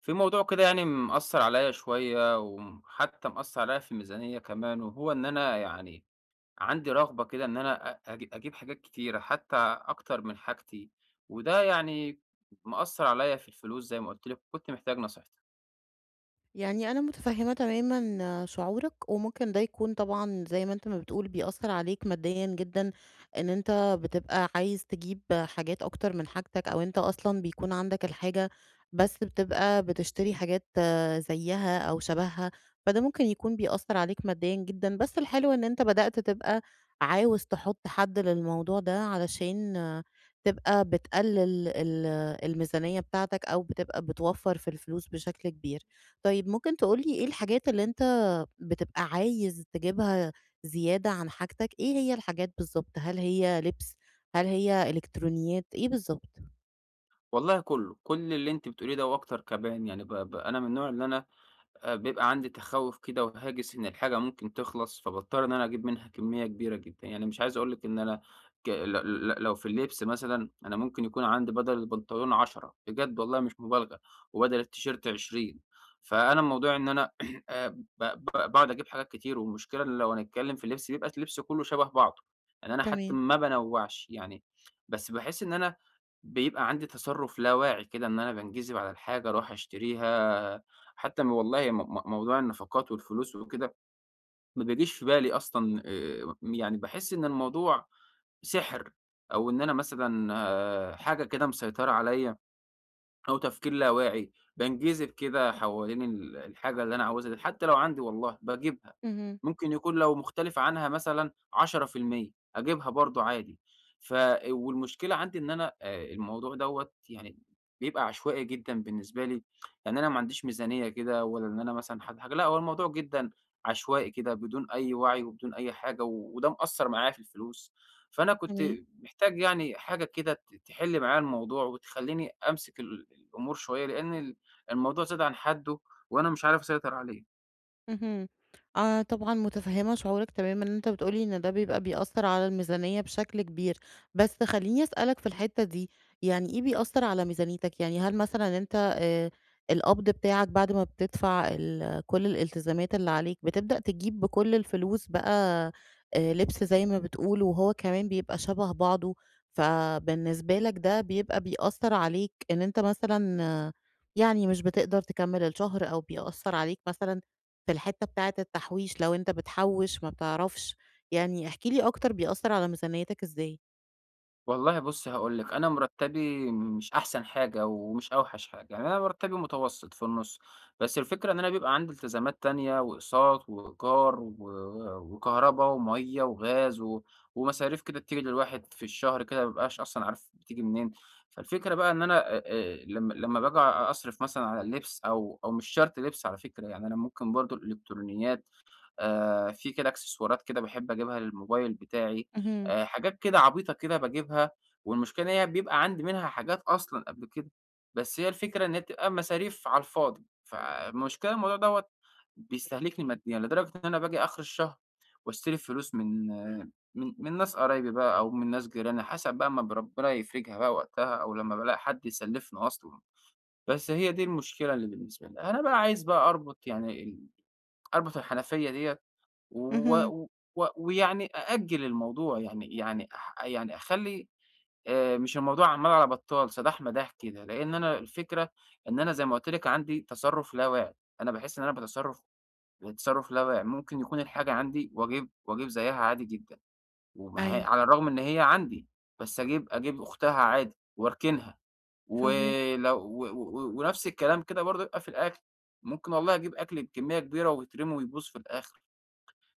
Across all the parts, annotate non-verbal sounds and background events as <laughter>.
في موضوع كده يعني مأثّر عليّا شوية، وحتى مأثّر عليّا في الميزانية كمان، وهو إن أنا يعني عندي رغبة كده إن أنا أ أج أجيب حاجات كتيرة، حتى أكتر من حاجتي، وده يعني مأثّر عليّا في الفلوس زي ما قُلت لِك، وكنت محتاج نصيحتِك. يعني أنا متفهمة تمامًا شعورك، وممكن ده يكون طبعًا زي ما أنت ما بتقول بيأثّر عليك ماديًا جدًا، إن أنت بتبقى عايز تجيب حاجات أكتر من حاجتك، أو أنت أصلًا بيكون عندك الحاجة بس بتبقى بتشتري حاجات زيّها أو شبهها، فده ممكن يكون بيأثّر عليك ماديًا جدًا، بس الحلو إن أنت بدأت تبقى عاوز تحط حد للموضوع ده علشان تبقى بتقلل الميزانية بتاعتك، أو بتبقى بتوفّر في الفلوس بشكل كبير. طيب ممكن تقول لي إيه الحاجات اللي أنت بتبقى عايز تجيبها زيادة عن حاجتك، إيه هي الحاجات بالضبط؟ هل هي لبس، هل هي إلكترونيات، إيه بالضبط؟ والله كُلّه، كل اللي أنتِ بتقوليه ده وأكتر كمان. يعني ب ب أنا من النوع اللي أنا بيبقى عندي تخوُّف كده وهاجس إن الحاجة ممكن تخلص، فباضطر إن أنا أجيب منها كمية كبيرة جدًا. يعني مش عايز أقول لِك إن أنا ك ل ل لو في اللبس مثلًا أنا ممكن يكون عندي بدل البنطلون 10 بجد والله مش مبالغة، وبدل التيشيرت 20. فأنا الموضوع إن أنا <clears throat> ب ب باقعد أجيب حاجات كتير، والمشكلة إن لو هنتكلم في اللبس بيبقى اللبس كلّه شبه بعضه، يعني أنا حتى تمام، ما بانوّعش يعني. بس باحس إن أنا بيبقى عندي تصرُّف لا واعي كده، إن أنا بانجذب على الحاجة، أروح أشتريها. حتى والله م م موضوع النفقات والفلوس وكده ما بيجيش في بالي أصلًا، يعني باحس إن الموضوع سِحر، أو إن أنا مثلًا حاجة كده مسيطرة عليَّ، أو تفكير لا واعي. بانجذب كده حوالين الحاجة اللي أنا عاوزها دي، حتى لو عندي والله باجيبها. اهم، ممكن يكون لو مختلف عنها مثلًا 10%، أجيبها برضه عادي. ف والمشكلة عندي إن أنا الموضوع دوّة يعني بيبقى عشوائي جدًا بالنسبة لي. يعني أنا ما عنديش ميزانية كده، ولا إن أنا مثلًا حد حاجة، لأ، هو الموضوع جدًا عشوائي كده، بدون أي وعي وبدون أي حاجة، وده مأثّر معايا في الفلوس. فأنا كنت تمام. محتاج يعني حاجة كده تحل معايا الموضوع وتخلّيني أمسك الأمور شوية، لإن الموضوع زاد عن حدّه وأنا مش عارف أسيطر عليه. اهم. آه، طبعًا متفهّمة شعورك تمامًا، ان أنت بتقول لي إن ده بيبقى بيأثّر على الميزانية بشكل كبير، بس خلّيني أسألك في الحتّة دي، يعني إيه بيأثّر على ميزانيتك؟ يعني هل مثلًا أنت القبض بتاعك بعد ما بتدفع كل الالتزامات اللي عليك، بتبدأ تجيب بكل الفلوس بقى لبس زي ما بتقول، وهو كمان بيبقى شَبه بعضه، فبالنسبة لك ده بيبقى بيأثّر عليك إن أنت مثلًا يعني مش بتقدر تكمّل الشهر أو بيأثّر عليك مثلًا في الحتة بتاعة التحويش لو أنت بتحوّش ما بتعرفش، يعني احكِ لي أكتر بيأثّر على ميزانيتك إزاي؟ والله بُصّ هاقول لِك، أنا مرتّبي مش أحسن حاجة ومش أوحش حاجة، يعني أنا مرتّبي متوسط في النُص. بس الفكرة إن أنا بيبقى عندي التزامات تانية وأقساط وإيجار وكهربا ومَيّة وغاز ومصاريف كده بتيجي للواحد في الشهر كده، ما بيبقاش أصلًا عارف بتيجي منين. فالفكرة بقى إن أنا، لمّا باجي أصرف مثلًا على اللبس، أو مش شرط لبس على فكرة، يعني أنا ممكن برضه الإلكترونيات، في كده إكسسوارات كده باحب أجيبها للموبايل بتاعي، اهم، حاجات كده عبيطة كده باجيبها. والمشكلة إن هي بيبقى عندي منها حاجات أصلًا قبل كده، بس هي الفكرة إن هي بتبقى مصاريف على الفاضي. فالمشكلة الموضوع دوّة بيستهلكني ماديًا، لدرجة إن أنا باجي آخر الشهر واستلف فلوس من، من ناس قرايبي بقى، أو من ناس جيراني، حسب بقى ما ربنا يفرجها بقى وقتها، أو لمّا بالاقي حد يسلفني أصلًا. بس هي دي المشكلة اللي بالنسبة لي. أنا بقى عايز بقى أربط يعني، أربط الحنفية ديّة و اهم، و ويعني أأجّل الموضوع، يعني يعني أح يعني أخلّي، مش الموضوع عَمّال على بطّال سداح مداح كده، لإن أنا الفكرة إن أنا زي ما قُلت لِك عندي تصرُّف لا واعي. أنا باحس إن أنا باتصرّف بتصرُّف تصرف لا واعي، ممكن يكون الحاجة عندي وأجيب زيّها عادي جدًا، وما هي أيوه، على الرغم إن هي عندي، بس أجيب أختها عادي وأركنها. فاهماك، ولو، و و ونفْس الكلام كده برضه يبقى في الأكل، ممكن والله أجيب أكل بكمية كبيرة ويترمي ويبوظ في الآخر.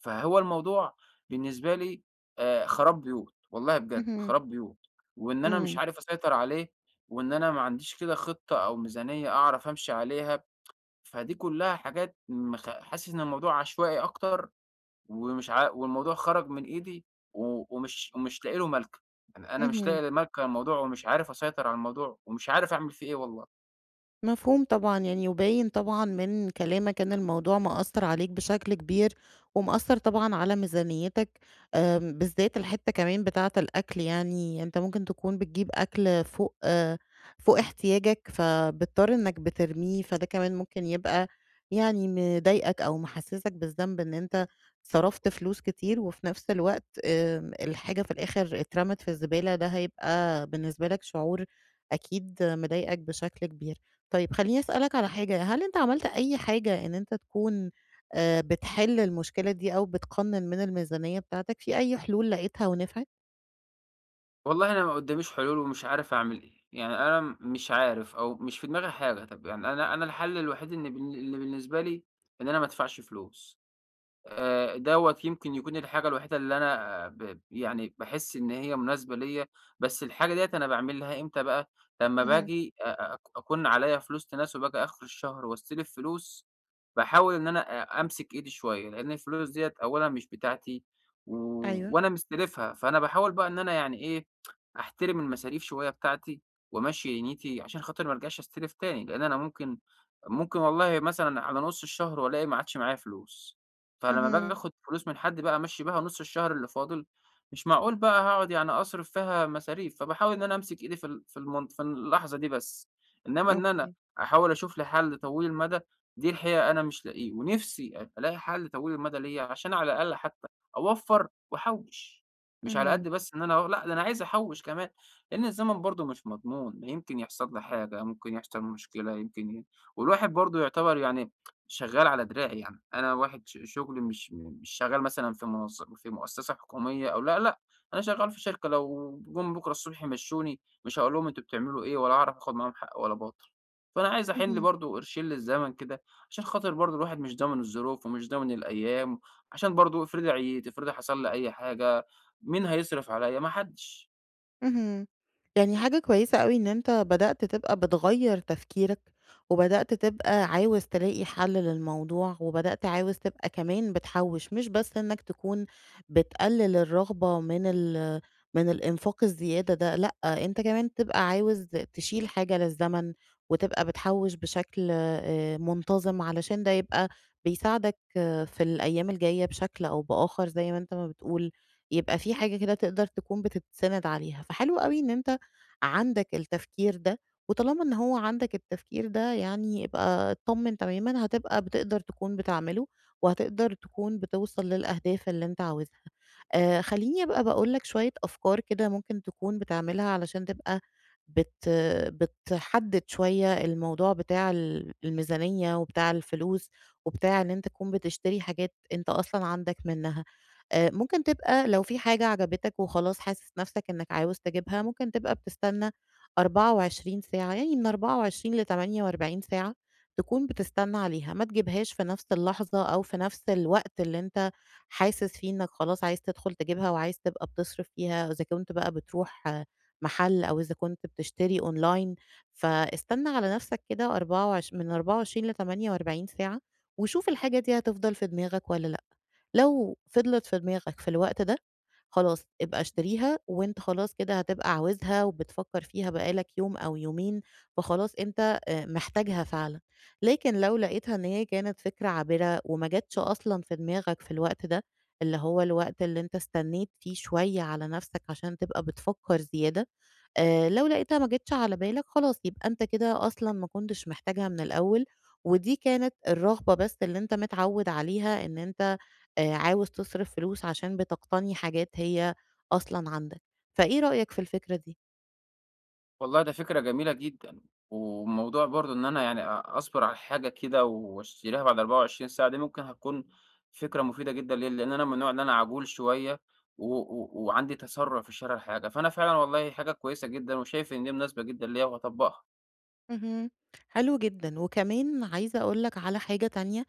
فهو الموضوع بالنسبة لي، خراب بيوت، والله بجد اهم، خراب بيوت، وإن أنا مش إمم، عارف أسيطر عليه، وإن أنا ما عنديش كده خطة أو ميزانية أعرف أمشي عليها. فدي كلها حاجات، حاسس إن الموضوع عشوائي أكتر، ومش ع والموضوع خرج من إيدي، و ومش ومش لاقي له ملكَة. يعني أنا مش اهم. لاقي ملكَة للموضوع، ومش عارف أسيطر على الموضوع، ومش عارف أعمل فيه إيه والله. مفهوم طبعًا، يعني وباين طبعًا من كلامك إن الموضوع مأثّر عليك بشكل كبير، ومأثّر طبعًا على ميزانيتك، بالذات الحتّة كمان بتاعة الأكل يعني، أنت ممكن تكون بتجيب أكل فوق فوق احتياجك، فبتضطر إنك بترميه، فده كمان ممكن يبقى يعني مضايقك أو محسّسك بالذنب إن أنت صرفت فلوس كتير، وفي نفس الوقت الحاجة في الآخر اترمت في الزبالة، ده هيبقى بالنسبة لك شعور أكيد مضايقك بشكل كبير. طيب خلّيني أسألك على حاجة، هل أنت عملت أي حاجة إن أنت تكون بتحل المشكلة دي أو بتقنّن من الميزانية بتاعتك، في أي حلول لقيتها ونفعت؟ والله أنا ما قدّاميش حلول ومش عارف أعمل إيه. يعني أنا مش عارف، أو مش في دماغي حاجة. طَب يعني أنا الحل الوحيد إن اللي بالنسبة لي إن أنا ما ادفعش فلوس. دوّة يمكن يكون الحاجة الوحيدة اللي أنا، آه، ب يعني باحس إن هي مناسبة ليّا. بس الحاجة ديّة أنا باعمل لها إمتى بقى؟ لمّا اهم، باجي أ أك أكون عليّا فلوس تناسب، آجي آخر الشهر واستلف فلوس، باحاول إن أنا أمسك إيدي شوية، لإن الفلوس ديّة أولًا مش بتاعتي و أيوه، وأنا مستلفها. فأنا باحاول بقى إن أنا يعني إيه، أحترم المصاريف شوية بتاعتي وأمشّي نيّتي عشان خاطر ما أرجعش أستلف تاني، لإن أنا ممكن والله مثلًا على نُص الشهر وألاقي ما عادش معايا فلوس. فلمّا باجي اهم، آخُد فلوس من حد بقى أمشّي بيها نُص الشهر اللي فاضل، مش معقول بقى هاقعد يعني أصرف فيها مصاريف. فباحاول إن أنا أمسك إيدي في ال في المن في اللحظة دي بس، إنّما إن أنا أوكي، أحاول أشوف لي حَل طويل المدى، دي الحقيقة أنا مش لاقيه. ونِفْسي ألاقي حَل طويل المدى ليّا، عشان على الأقل حتّى أوفّر وأحوّش، مش على اهم، قد بس إن أنا لأ، ده أنا عايز أحوّش كمان. لإن الزمن برضه مش مضمون، يمكن يحصل لي حاجة، ممكن يحصل مشكلة، يمكن ي والواحد برضه يعتبر يعني شغال على دراعي يعني. أنا واحد، شغلي مش شغال مثلًا في مؤسسة حكومية أو لأ، لأ، أنا شغال في شركة، لو جُم بكرة الصبح مشّوني، مش هاقول لهم أنتم بتعملوا إيه، ولا هاعرف آخد معاهم حق ولا باطل. فأنا عايز أحِن لي اهم. برضه قرشين للزمن كده، عشان خاطر برضه الواحد مش ضامن الظروف ومش ضامن الأيام، عشان برضه افرضي عييت، افرضي حصل لي أي حاجة، مين هيصرف عليّا؟ ما حدش. اهم. يعني حاجة كويسة أوي إن أنت بدأت تبقى بتغيّر تفكيرك، وبدأت تبقى عاوز تلاقي حل للموضوع، وبدأت عاوز تبقى كمان بتحوّش، مش بس إنك تكون بتقلل الرغبة من من الإنفاق الزيادة ده، لأ، أنت كمان تبقى عاوز تشيل حاجة للزمن، وتبقى بتحوّش بشكل منتظم، علشان ده يبقى بيساعدك في الأيام الجاية بشكل أو بآخر زي ما أنت ما بتقول. يبقى في حاجة كده تقدر تكون بتتسند عليها، فحلو أوي إن أنت عندك التفكير ده، وطالما إن هو عندك التفكير ده يعني ابقى اتطمن تمامًا، هتبقى بتقدر تكون بتعمله، وهتقدر تكون بتوصل للأهداف اللي أنت عاوزها. خلّيني أبقى باقول لك شوية أفكار كده ممكن تكون بتعملها علشان تبقى بت بتحدد شوية الموضوع بتاع الميزانية وبتاع الفلوس، وبتاع إن أنت تكون بتشتري حاجات أنت أصلًا عندك منها. ممكن تبقى لو في حاجة عجبتك وخلاص حاسس نَفْسك إنّك عاوز تجيبها، ممكن تبقى بتستنى 24 ساعة، يعني من 24 ل48 ساعة تكون بتستنى عليها، ما تجيبهاش في نَفْس اللحظة أو في نَفْس الوقت اللي أنت حاسس فيه إنّك خلاص عايز تدخُل تجيبها وعايز تبقى بتصرف فيها، إذا كنت بقى بتروح محل أو إذا كنت بتشتري أونلاين، فاستنى على نَفْسك كده أربعة وعش من 24 ل48 ساعة وشوف الحاجة دي هتفضل في دماغك والّا لأ. لو فضلت في دماغك في الوقت ده، خلاص ابقى اشتريها وأنت خلاص كده هتبقى عاوزها وبتفكّر فيها بقى لك يوم أو يومين، فخلاص أنت محتاجها فعلًا. لكن لو لقيتها إن هي كانت فكرة عابرة وما جاتش أصلًا في دماغك في الوقت ده، اللي هو الوقت اللي أنت استنّيت فيه شوية على نَفْسك عشان تبقى بتفكّر زيادة، لو لقيتها ما جِتش على بالك خلاص يبقى أنت كده أصلًا ما كنتش محتاجها من الأول، ودي كانت الرغبة بس اللي أنت متعوّد عليها إن أنت عاوز تصرف فلوس عشان بتقتني حاجات هي أصلًا عندك، فإيه رأيك في الفكرة دي؟ والله ده فكرة جميلة جدًا، وموضوع برضه إن أنا يعني أصبر على حاجة كده واشتريها بعد 24 ساعة، دي ممكن هتكون فكرة مفيدة جدًا ليّا، لإن أنا من النوع اللي أنا عجول شوية و و وعندي تسرع في شرا الحاجة. فأنا فعلًا والله حاجة كويسة جدًا وشايف إن دي مناسبة جدًا ليّا وهاطبّقها اهم. حلو جدًا، وكمان عايزة أقول لك على حاجة تانية،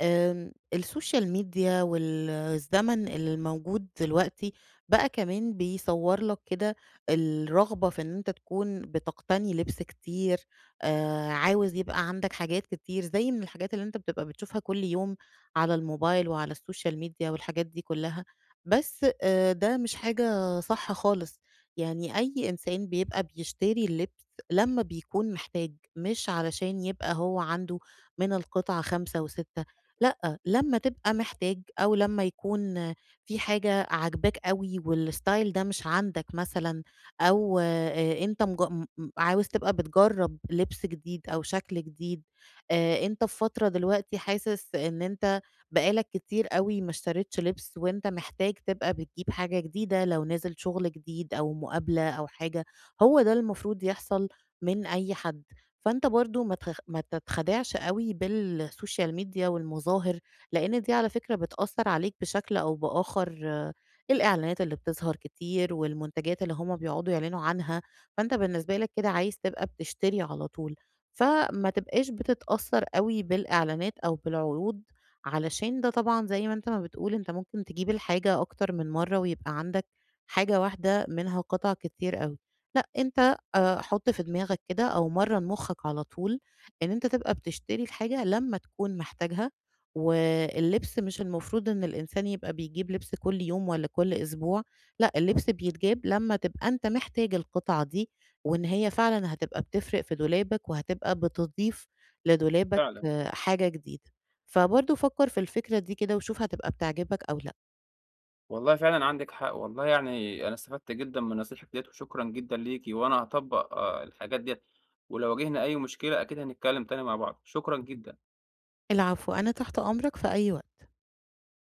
السوشيال ميديا والزمن الموجود دلوقتي بقى كمان بيصور لك كده الرغبة في إن أنت تكون بتقتني لبس كتير، عاوز يبقى عندك حاجات كتير، زي من الحاجات اللي أنت بتبقى بتشوفها كل يوم على الموبايل وعلى السوشيال ميديا والحاجات دي كلها، بس ده مش حاجة صح خالص، يعني أي إنسان بيبقى بيشتري اللبس لمّا بيكون محتاج، مش علشان يبقى هو عنده من القطعة 5 و6. لأ، لمّا تبقى محتاج أو لمّا يكون في حاجة عاجباك أوي والstyle ده مش عندك مثلًا، أو أنت مج م عاوز تبقى بتجرّب لبس جديد أو شكل جديد، أنت في فترة دلوقتي حاسس إن أنت بقى لك كتير أوي ما اشتريتش لبس وأنت محتاج تبقى بتجيب حاجة جديدة لو نزل شغل جديد أو مقابلة أو حاجة، هو ده المفروض يحصل من أي حد، فأنت برضه ما تتخدعش أوي بالسوشيال ميديا والمظاهر، لإن دي على فكرة بتأثّر عليك بشكل أو بآخر، الإعلانات اللي بتظهر كتير والمنتجات اللي هم بيقعدوا يعلنوا عنها، فأنت بالنسبة لك كده عايز تبقى بتشتري على طول، فما تبقاش بتتأثّر أوي بالإعلانات أو بالعروض، علشان ده طبعًا زي ما أنت ما بتقول أنت ممكن تجيب الحاجة أكتر من مرّة ويبقى عندك حاجة واحدة منها قطع كتير أوي، لأ أنت حُط في دماغك كده أو مرّن مُخّك على طول إن أنت تبقى بتشتري الحاجة لمّا تكون محتاجها، واللبس مش المفروض إن الإنسان يبقى بيجيب لبس كل يوم والّا كل أسبوع، لأ اللبس بيتجاب لمّا تبقى أنت محتاج القطعة دي، وإن هي فعلًا هتبقى بتفرِق في دولابك وهتبقى بتضيف لدولابك فعلًا. حاجة جديدة. فبرضه فكّر في الفكرة دي كده وشوف هتبقى بتعجبك أو لأ. والله فعلًا عندِك حق، والله يعني أنا استفدت جدًا من نصيحتِك ديّة وشكرًا جدًا ليكِ، وأنا هاطبّق الحاجات ديّة، ولو واجهنا أي مشكلة أكيد هنتكلم تاني مع بعض. شكرًا جدًا. العفو، أنا تحت أمرك في أي وقت.